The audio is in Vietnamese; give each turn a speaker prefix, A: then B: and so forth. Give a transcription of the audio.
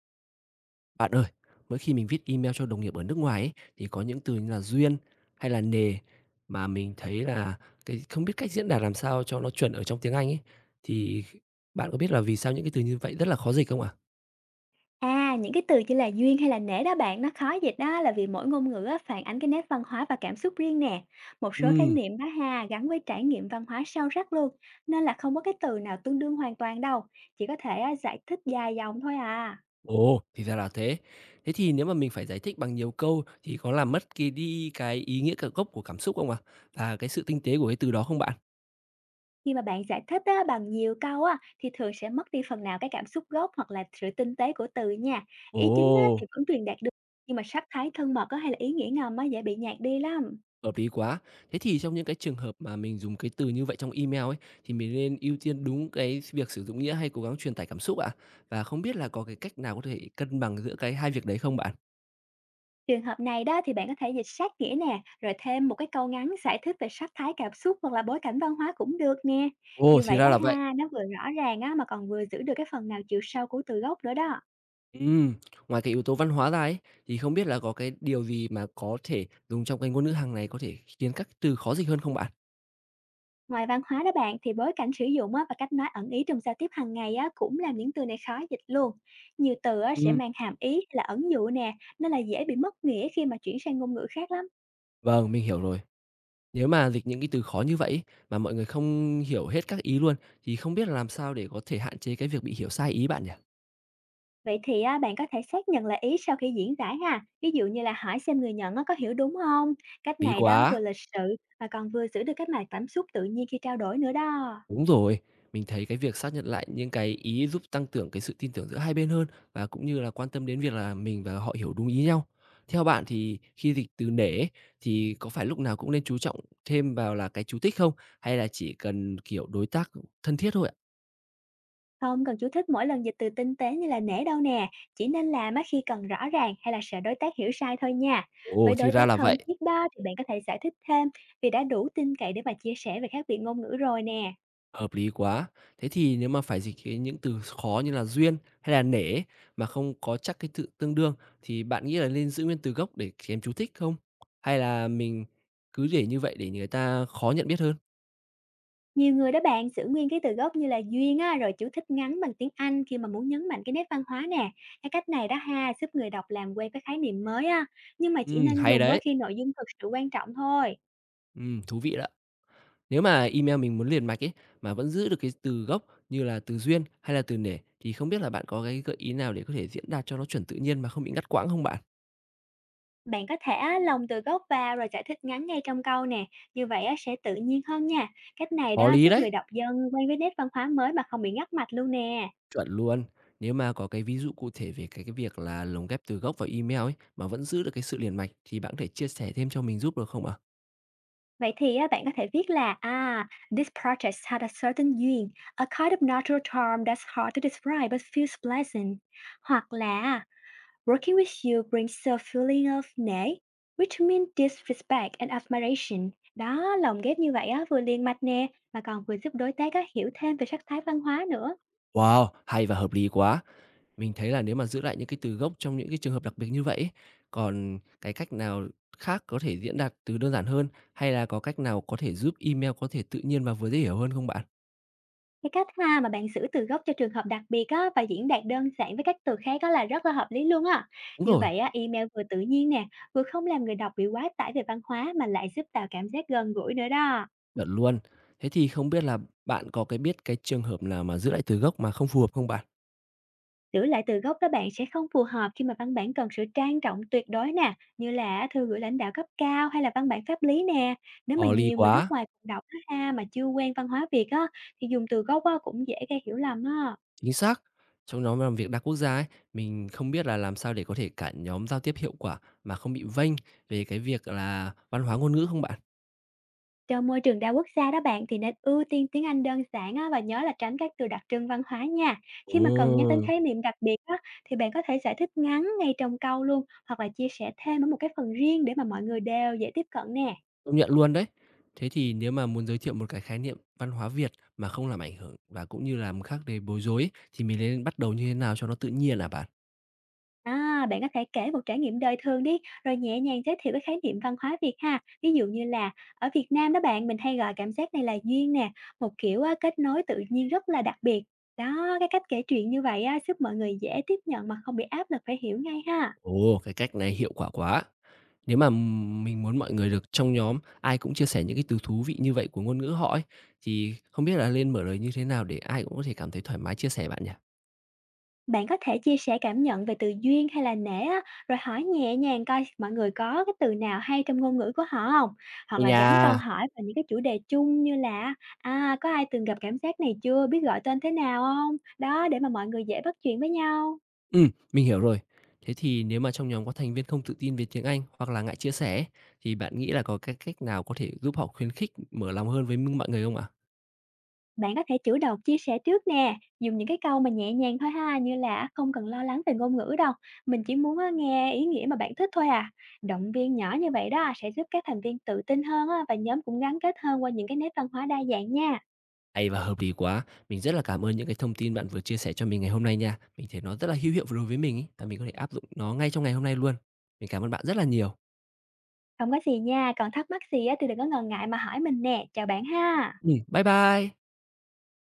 A: Bạn ơi, mỗi khi mình viết email cho đồng nghiệp ở nước ngoài ấy, thì có những từ như là duyên hay là nề mà mình thấy là cái không biết cách diễn đạt làm sao cho nó chuẩn ở trong tiếng Anh ấy. Thì bạn có biết là vì sao những cái từ như vậy rất là khó dịch không ạ?
B: À, những cái từ như là duyên hay là nể đó bạn, nó khó dịch đó là vì mỗi ngôn ngữ á, phản ánh cái nét văn hóa và cảm xúc riêng nè. Một số khái
A: Ừ.
B: niệm đó ha, gắn với trải nghiệm văn hóa sâu sắc luôn, nên là không có cái từ nào tương đương hoàn toàn đâu, chỉ có thể á, giải thích dài dòng thôi à.
A: Ồ, thì ra là thế. Thế thì nếu mà mình phải giải thích bằng nhiều câu thì có làm mất cái đi cái ý nghĩa cả gốc của cảm xúc không ạ? Và cái sự tinh tế của cái từ đó không bạn?
B: Khi mà bạn giải thích á, bằng nhiều câu á, thì thường sẽ mất đi phần nào cái cảm xúc gốc hoặc là sự tinh tế của từ nha. Ý chính á, thì
A: Ồ.
B: vẫn truyền đạt được, nhưng mà sắc thái thân mật á, hay là ý nghĩa ngầm á, dễ bị nhạt đi lắm.
A: Hợp lý quá. Thế thì trong những cái trường hợp mà mình dùng cái từ như vậy trong email ấy, thì mình nên ưu tiên đúng cái việc sử dụng nghĩa hay cố gắng truyền tải cảm xúc ạ? Và không biết là có cái cách nào có thể cân bằng giữa cái hai việc đấy không bạn?
B: Trường hợp này đó thì bạn có thể dịch sát nghĩa nè, rồi thêm một cái câu ngắn giải thích về sắc thái cảm xúc hoặc là bối cảnh văn hóa cũng được nè.
A: Ồ,
B: Như
A: thì
B: vậy đó
A: ra là vậy.
B: ha, nó vừa rõ ràng á, mà còn vừa giữ được cái phần nào chiều sâu của từ gốc nữa đó.
A: Ừm, ngoài cái yếu tố văn hóa ra ấy, thì không biết là có cái điều gì mà có thể dùng trong cái ngôn ngữ hàng này có thể khiến các từ khó dịch hơn không bạn?
B: Ngoài văn hóa đó bạn, thì bối cảnh sử dụng á, và cách nói ẩn ý trong giao tiếp hàng ngày á, cũng làm những từ này khó dịch luôn. Nhiều từ á, sẽ
A: Ừm,
B: mang hàm ý hay là ẩn dụ nè, nên là dễ bị mất nghĩa khi mà chuyển sang ngôn ngữ khác lắm.
A: vâng, mình hiểu rồi. Nếu mà dịch những cái từ khó như vậy ấy, mà mọi người không hiểu hết các ý luôn, thì không biết là làm sao để có thể hạn chế cái việc bị hiểu sai ý bạn nhỉ?
B: Vậy thì á, bạn có thể xác nhận lại ý sau khi diễn giải ha. Ví dụ như là hỏi xem người nhận á, có hiểu đúng không? Cách
A: Lý
B: này đó vừa
A: quá.
B: lịch sự, mà còn vừa giữ được cái mạch cảm xúc tự nhiên khi trao đổi nữa đó.
A: Đúng rồi, mình thấy cái việc xác nhận lại những cái ý giúp tăng tưởng cái sự tin tưởng giữa hai bên hơn và cũng như là quan tâm đến việc là mình và họ hiểu đúng ý nhau. Theo bạn thì khi dịch từ nể ấy, thì có phải lúc nào cũng nên chú trọng thêm vào là cái chú thích không? Hay là chỉ cần kiểu đối tác thân thiết thôi ạ?
B: Không cần chú thích mỗi lần dịch từ tinh tế như là nể đâu nè. Chỉ nên làm á, khi cần rõ ràng hay là sợ đối tác hiểu sai thôi nha.
A: Ồ,
B: Với đối
A: thì ra
B: tác
A: là
B: thân
A: vậy.
B: thiết đó, thì bạn có thể giải thích thêm, vì đã đủ tin cậy để mà chia sẻ về khác biệt ngôn ngữ rồi nè.
A: Hợp lý quá. Thế thì nếu mà phải dịch cái những từ khó như là duyên hay là nể ấy, mà không có chắc cái tự tương đương thì bạn nghĩ là nên giữ nguyên từ gốc để kèm chú thích không? Hay là mình cứ để như vậy để người ta khó nhận biết hơn?
B: Nhiều người đó bạn, giữ nguyên cái từ gốc như là duyên á, rồi chú thích ngắn bằng tiếng Anh khi mà muốn nhấn mạnh cái nét văn hóa nè. Cái cách này đó ha, giúp người đọc làm quen với khái niệm mới á, nhưng mà chỉ nên
A: Hay
B: dùng á,
A: đấy.
B: khi nội dung thực sự quan trọng thôi.
A: Thú vị đó. Nếu mà email mình muốn liền mạch ấy mà vẫn giữ được cái từ gốc như là từ duyên hay là từ nể thì không biết là bạn có cái gợi ý nào để có thể diễn đạt cho nó chuẩn tự nhiên mà không bị ngắt quãng không bạn?
B: Bạn có thể á, lồng từ gốc vào rồi giải thích ngắn ngay trong câu nè, như vậy á, sẽ tự nhiên hơn nha. Cách này
A: Có
B: đó
A: lý
B: giúp
A: đấy.
B: người đọc dần quen với nét văn hóa mới mà không bị ngắt mạch luôn nè.
A: Chuẩn luôn. Nếu mà có cái ví dụ cụ thể về cái việc là lồng ghép từ gốc vào email ấy mà vẫn giữ được cái sự liền mạch thì bạn có thể chia sẻ thêm cho mình giúp được không ạ?
B: Vậy thì á, bạn có thể viết là à, "This project had a certain yearn, a kind of natural charm that's hard to describe but feels pleasant." Hoặc là à, "Working with you brings a feeling of nể, which means disrespect and admiration." Đó, lồng ghép như vậy á, vừa liền mạch nè, mà còn vừa giúp đối tác á, hiểu thêm về sắc thái văn hóa nữa.
A: Wow, hay và hợp lý quá. Mình thấy là nếu mà giữ lại những cái từ gốc trong những cái trường hợp đặc biệt như vậy ấy, còn cái cách nào khác có thể diễn đạt từ đơn giản hơn hay là có cách nào có thể giúp email có thể tự nhiên và vừa dễ hiểu hơn không bạn?
B: Cái cách ha mà bạn giữ từ gốc cho trường hợp đặc biệt á, và diễn đạt đơn giản với các từ khác á, là rất là hợp lý luôn á.
A: Đúng
B: Như
A: rồi,
B: vậy á, email vừa tự nhiên nè, vừa không làm người đọc bị quá tải về văn hóa, mà lại giúp tạo cảm giác gần gũi nữa đó.
A: chuẩn luôn. Thế thì không biết là bạn có cái biết cái trường hợp nào mà giữ lại từ gốc mà không phù hợp không bạn?
B: Giữ lại từ gốc đó bạn, sẽ không phù hợp khi mà văn bản cần sự trang trọng tuyệt đối nè, như là thư gửi lãnh đạo cấp cao hay là văn bản pháp lý nè. Nếu mà
A: Hò ly
B: nhiều người
A: quá.
B: nước ngoài cùng đọc á ha, mà chưa quen văn hóa Việt á, thì dùng từ gốc á, cũng dễ gây hiểu lầm á.
A: Chính xác. Trong nhóm làm việc đa quốc gia ấy, mình không biết là làm sao để có thể cả nhóm giao tiếp hiệu quả mà không bị vênh về cái việc là văn hóa ngôn ngữ không bạn?
B: Trong môi trường đa quốc gia đó bạn, thì nên ưu tiên tiếng Anh đơn giản á, và nhớ là tránh các từ đặc trưng văn hóa nha. Khi
A: Ồ.
B: mà cần nhắc đến khái niệm đặc biệt á, thì bạn có thể giải thích ngắn ngay trong câu luôn, hoặc là chia sẻ thêm ở một cái phần riêng để mà mọi người đều dễ tiếp cận nè.
A: Công nhận luôn đấy. Thế thì nếu mà muốn giới thiệu một cái khái niệm văn hóa Việt mà không làm ảnh hưởng và cũng như làm khác để bối rối ấy, thì mình nên bắt đầu như thế nào cho nó tự nhiên à bạn?
B: À, bạn có thể kể một trải nghiệm đời thường đi, rồi nhẹ nhàng giới thiệu cái khái niệm văn hóa Việt ha. Ví dụ như là ở Việt Nam đó bạn, mình hay gọi cảm giác này là duyên nè, một kiểu á, kết nối tự nhiên rất là đặc biệt. Đó, cái cách kể chuyện như vậy á, giúp mọi người dễ tiếp nhận mà không bị áp lực phải hiểu ngay ha.
A: Ồ, cái cách này hiệu quả quá. Nếu mà mình muốn mọi người được trong nhóm, ai cũng chia sẻ những cái từ thú vị như vậy của ngôn ngữ họ ấy, thì không biết là lên mở lời như thế nào để ai cũng có thể cảm thấy thoải mái chia sẻ bạn nhỉ?
B: Bạn có thể chia sẻ cảm nhận về từ duyên hay là nể á, rồi hỏi nhẹ nhàng coi mọi người có cái từ nào hay trong ngôn ngữ của họ không. Hoặc
A: Thì
B: là gắn câu
A: nhà.
B: hỏi vào những cái chủ đề chung như là, à, có ai từng gặp cảm giác này chưa, biết gọi tên thế nào không? Đó, để mà mọi người dễ bắt chuyện với nhau.
A: Mình hiểu rồi. Thế thì nếu mà trong nhóm có thành viên không tự tin về tiếng Anh hoặc là ngại chia sẻ ấy, thì bạn nghĩ là có cái cách nào có thể giúp họ khuyến khích mở lòng hơn với mọi người không ạ?
B: Bạn có thể chủ động chia sẻ trước nè, dùng những cái câu mà nhẹ nhàng thôi ha, như là không cần lo lắng về ngôn ngữ đâu, mình chỉ muốn á, nghe ý nghĩa mà bạn thích thôi à. Động viên nhỏ như vậy đó, sẽ giúp các thành viên tự tin hơn á, và nhóm cũng gắn kết hơn qua những cái nét văn hóa đa dạng nha.
A: Hay và hợp lý quá. Mình rất là cảm ơn những cái thông tin bạn vừa chia sẻ cho mình ngày hôm nay nha. Mình thấy nó rất là hữu hiệu đối với mình ấy, và mình có thể áp dụng nó ngay trong ngày hôm nay luôn. Mình cảm ơn bạn rất là nhiều.
B: Không có gì nha, còn thắc mắc gì á, thì đừng có ngần ngại mà hỏi mình nè, chào bạn ha.
A: Bye bye.